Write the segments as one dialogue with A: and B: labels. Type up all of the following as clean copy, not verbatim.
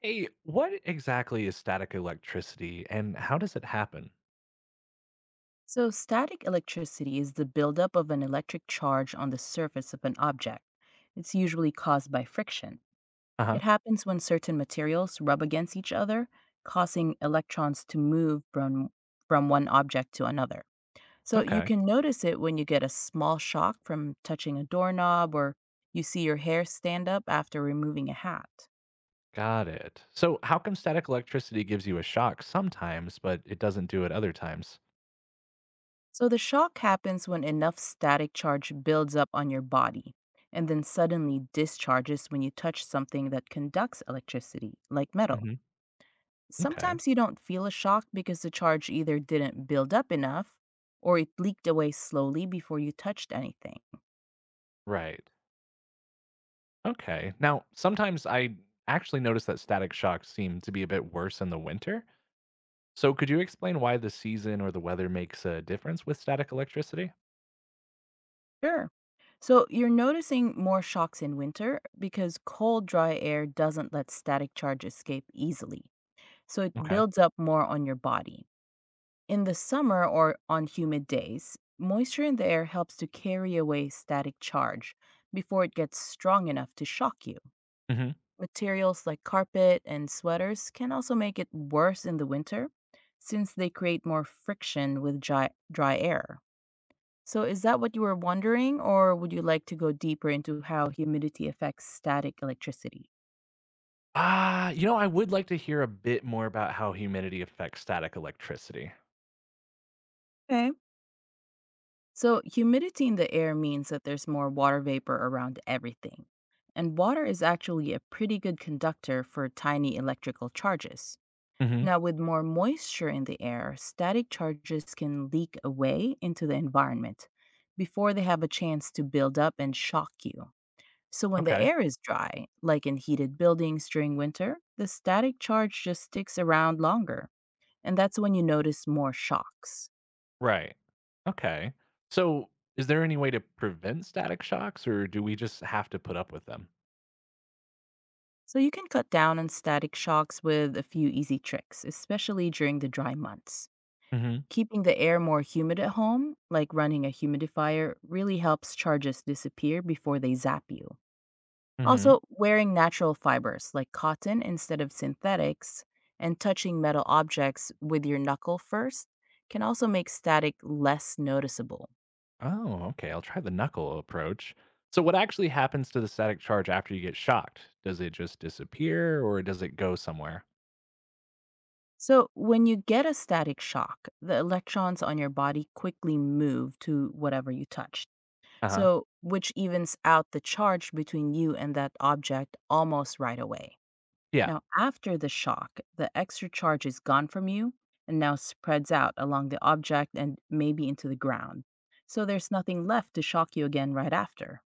A: Hey, what exactly is static electricity and how does it happen?
B: So, static electricity is the buildup of an electric charge on the surface of an object. It's usually caused by friction.
A: Uh huh.
B: It happens when certain materials rub against each other, causing electrons to move from one object to another. So, you
A: Okay.
B: can notice it when you get a small shock from touching a doorknob or you see your hair stand up after removing a hat.
A: Got it. So, how come static electricity gives you a shock sometimes, but it doesn't do it other times?
B: So the shock happens when enough static charge builds up on your body and then suddenly discharges when you touch something that conducts electricity, like metal.
A: Hmm. Okay.
B: Sometimes you don't feel a shock because the charge either didn't build up enough or it leaked away slowly before you touched anything.
A: Right. Okay. Now, sometimes I actually notice that static shocks seem to be a bit worse in the winter. So, could you explain why the season or the weather makes a difference with static electricity?
B: Sure. So you're noticing more shocks in winter because cold, dry air doesn't let static charge escape easily. So it
A: Okay.
B: builds up more on your body. In the summer or on humid days, moisture in the air helps to carry away static charge before it gets strong enough to shock you.
A: Hmm.
B: Materials like carpet and sweaters can also make it worse in the winter since they create more friction with dry air. So, is that what you were wondering, or would you like to go deeper into how humidity affects static electricity?
A: I would like to hear a bit more about how humidity affects static electricity.
B: Okay. So, humidity in the air means that there's more water vapor around everything. And water is actually a pretty good conductor for tiny electrical charges.
A: Hmm.
B: Now, with more moisture in the air, static charges can leak away into the environment before they have a chance to build up and shock you. So, when the
A: Okay.
B: air is dry, like in heated buildings during winter, the static charge just sticks around longer. And that's when you notice more shocks.
A: Right. Okay. So, is there any way to prevent static shocks, or do we just have to put up with them?
B: So you can cut down on static shocks with a few easy tricks, especially during the dry months.
A: Hmm.
B: Keeping the air more humid at home, like running a humidifier, really helps charges disappear before they zap you.
A: Hmm.
B: Also, wearing natural fibers like cotton instead of synthetics and touching metal objects with your knuckle first can also make static less noticeable.
A: Oh, okay. I'll try the knuckle approach. So, what actually happens to the static charge after you get shocked? Does it just disappear, or does it go somewhere?
B: So, when you get a static shock, the electrons on your body quickly move to whatever you touch
A: Uh huh.
B: so which evens out the charge between you and that object almost right away.
A: Yeah.
B: Now, after the shock, the extra charge is gone from you and now spreads out along the object and maybe into the ground. So there's nothing left to shock you again right after.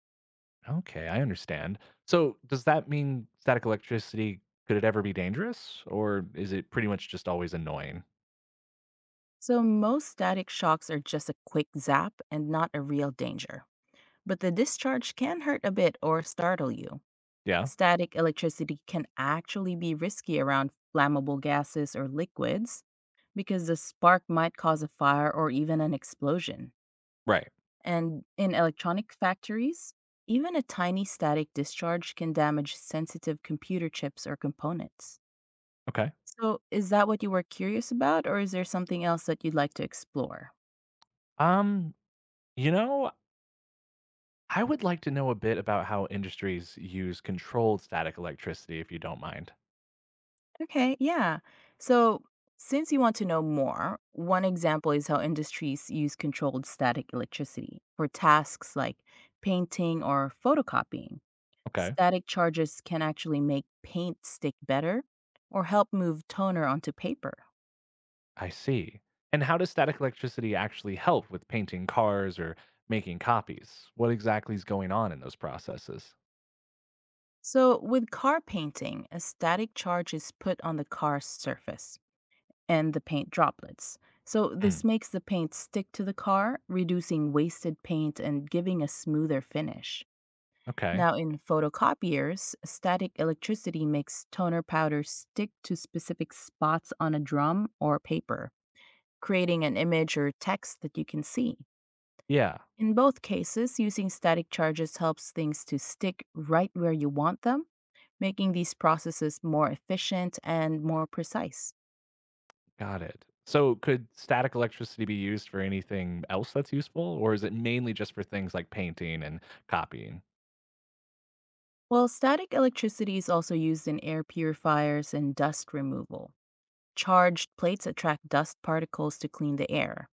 A: Okay, I understand. So, does that mean static electricity could it ever be dangerous, or is it pretty much just always annoying?
B: So most static shocks are just a quick zap and not a real danger. But the discharge can hurt a bit or startle you.
A: Yeah.
B: Static electricity can actually be risky around flammable gases or liquids because the spark might cause a fire or even an explosion.
A: Right.
B: And in electronic factories, even a tiny static discharge can damage sensitive computer chips or components.
A: Okay.
B: So, is that what you were curious about, or is there something else that you'd like to explore?
A: Um. You know, I would like to know a bit about how industries use controlled static electricity, if you don't mind.
B: Okay, yeah. So, since you want to know more, one example is how industries use controlled static electricity for tasks like painting or photocopying.
A: Okay.
B: Static charges can actually make paint stick better or help move toner onto paper.
A: I see. And how does static electricity actually help with painting cars or making copies? What exactly is going on in those processes?
B: So, with car painting, a static charge is put on the car's surface and the paint droplets. So,
A: Hmm.
B: this makes the paint stick to the car, reducing wasted paint and giving a smoother finish.
A: Okay.
B: Now, in photocopiers, static electricity makes toner powder stick to specific spots on a drum or paper, creating an image or text that you can see.
A: Yeah,
B: In both cases, using static charges helps things to stick right where you want them, making these processes more efficient and more precise.
A: got it. So, could static electricity be used for anything else that's useful, or is it mainly just for things like painting and copying?
B: Well, static electricity is also used in air purifiers and dust removal. Charged plates attract dust particles to clean the air.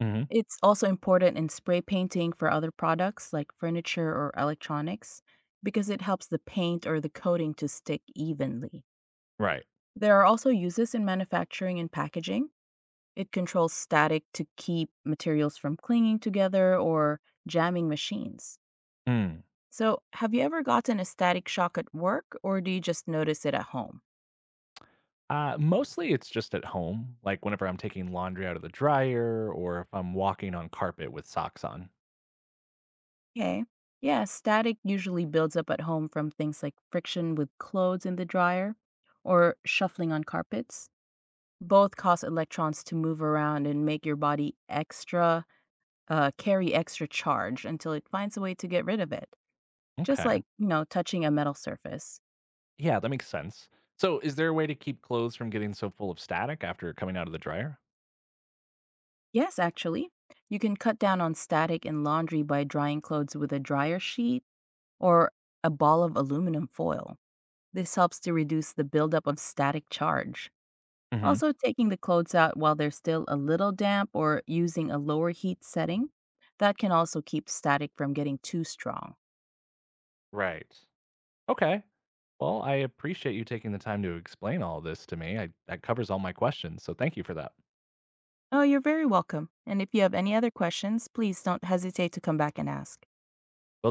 A: Hmm.
B: It's also important in spray painting for other products like furniture or electronics because it helps the paint or the coating to stick evenly.
A: Right.
B: There are also uses in manufacturing and packaging. It controls static to keep materials from clinging together or jamming machines.
A: Hmm.
B: So, have you ever gotten a static shock at work or do you just notice it at home?
A: Mostly it's just at home, like whenever I'm taking laundry out of the dryer or if I'm walking on carpet with socks on.
B: Okay. Yeah, static usually builds up at home from things like friction with clothes in the dryer or shuffling on carpets. Both cause electrons to move around and make your body extra carry extra charge until it finds a way to get rid of it, just
A: Okay.
B: like, you know, touching a metal surface.
A: Yeah, that makes sense. So, is there a way to keep clothes from getting so full of static after coming out of the dryer?
B: Yes, actually, you can cut down on static in laundry by drying clothes with a dryer sheet or a ball of aluminum foil. This helps to reduce the buildup of static charge.
A: Hmm.
B: Also, taking the clothes out while they're still a little damp or using a lower heat setting, that can also keep static from getting too strong.
A: Right. Okay. Well, I appreciate you taking the time to explain all this to me. That covers all my questions. So, thank you for that.
B: Oh, you're very welcome. And if you have any other questions, please don't hesitate to come back and ask.
A: Will do.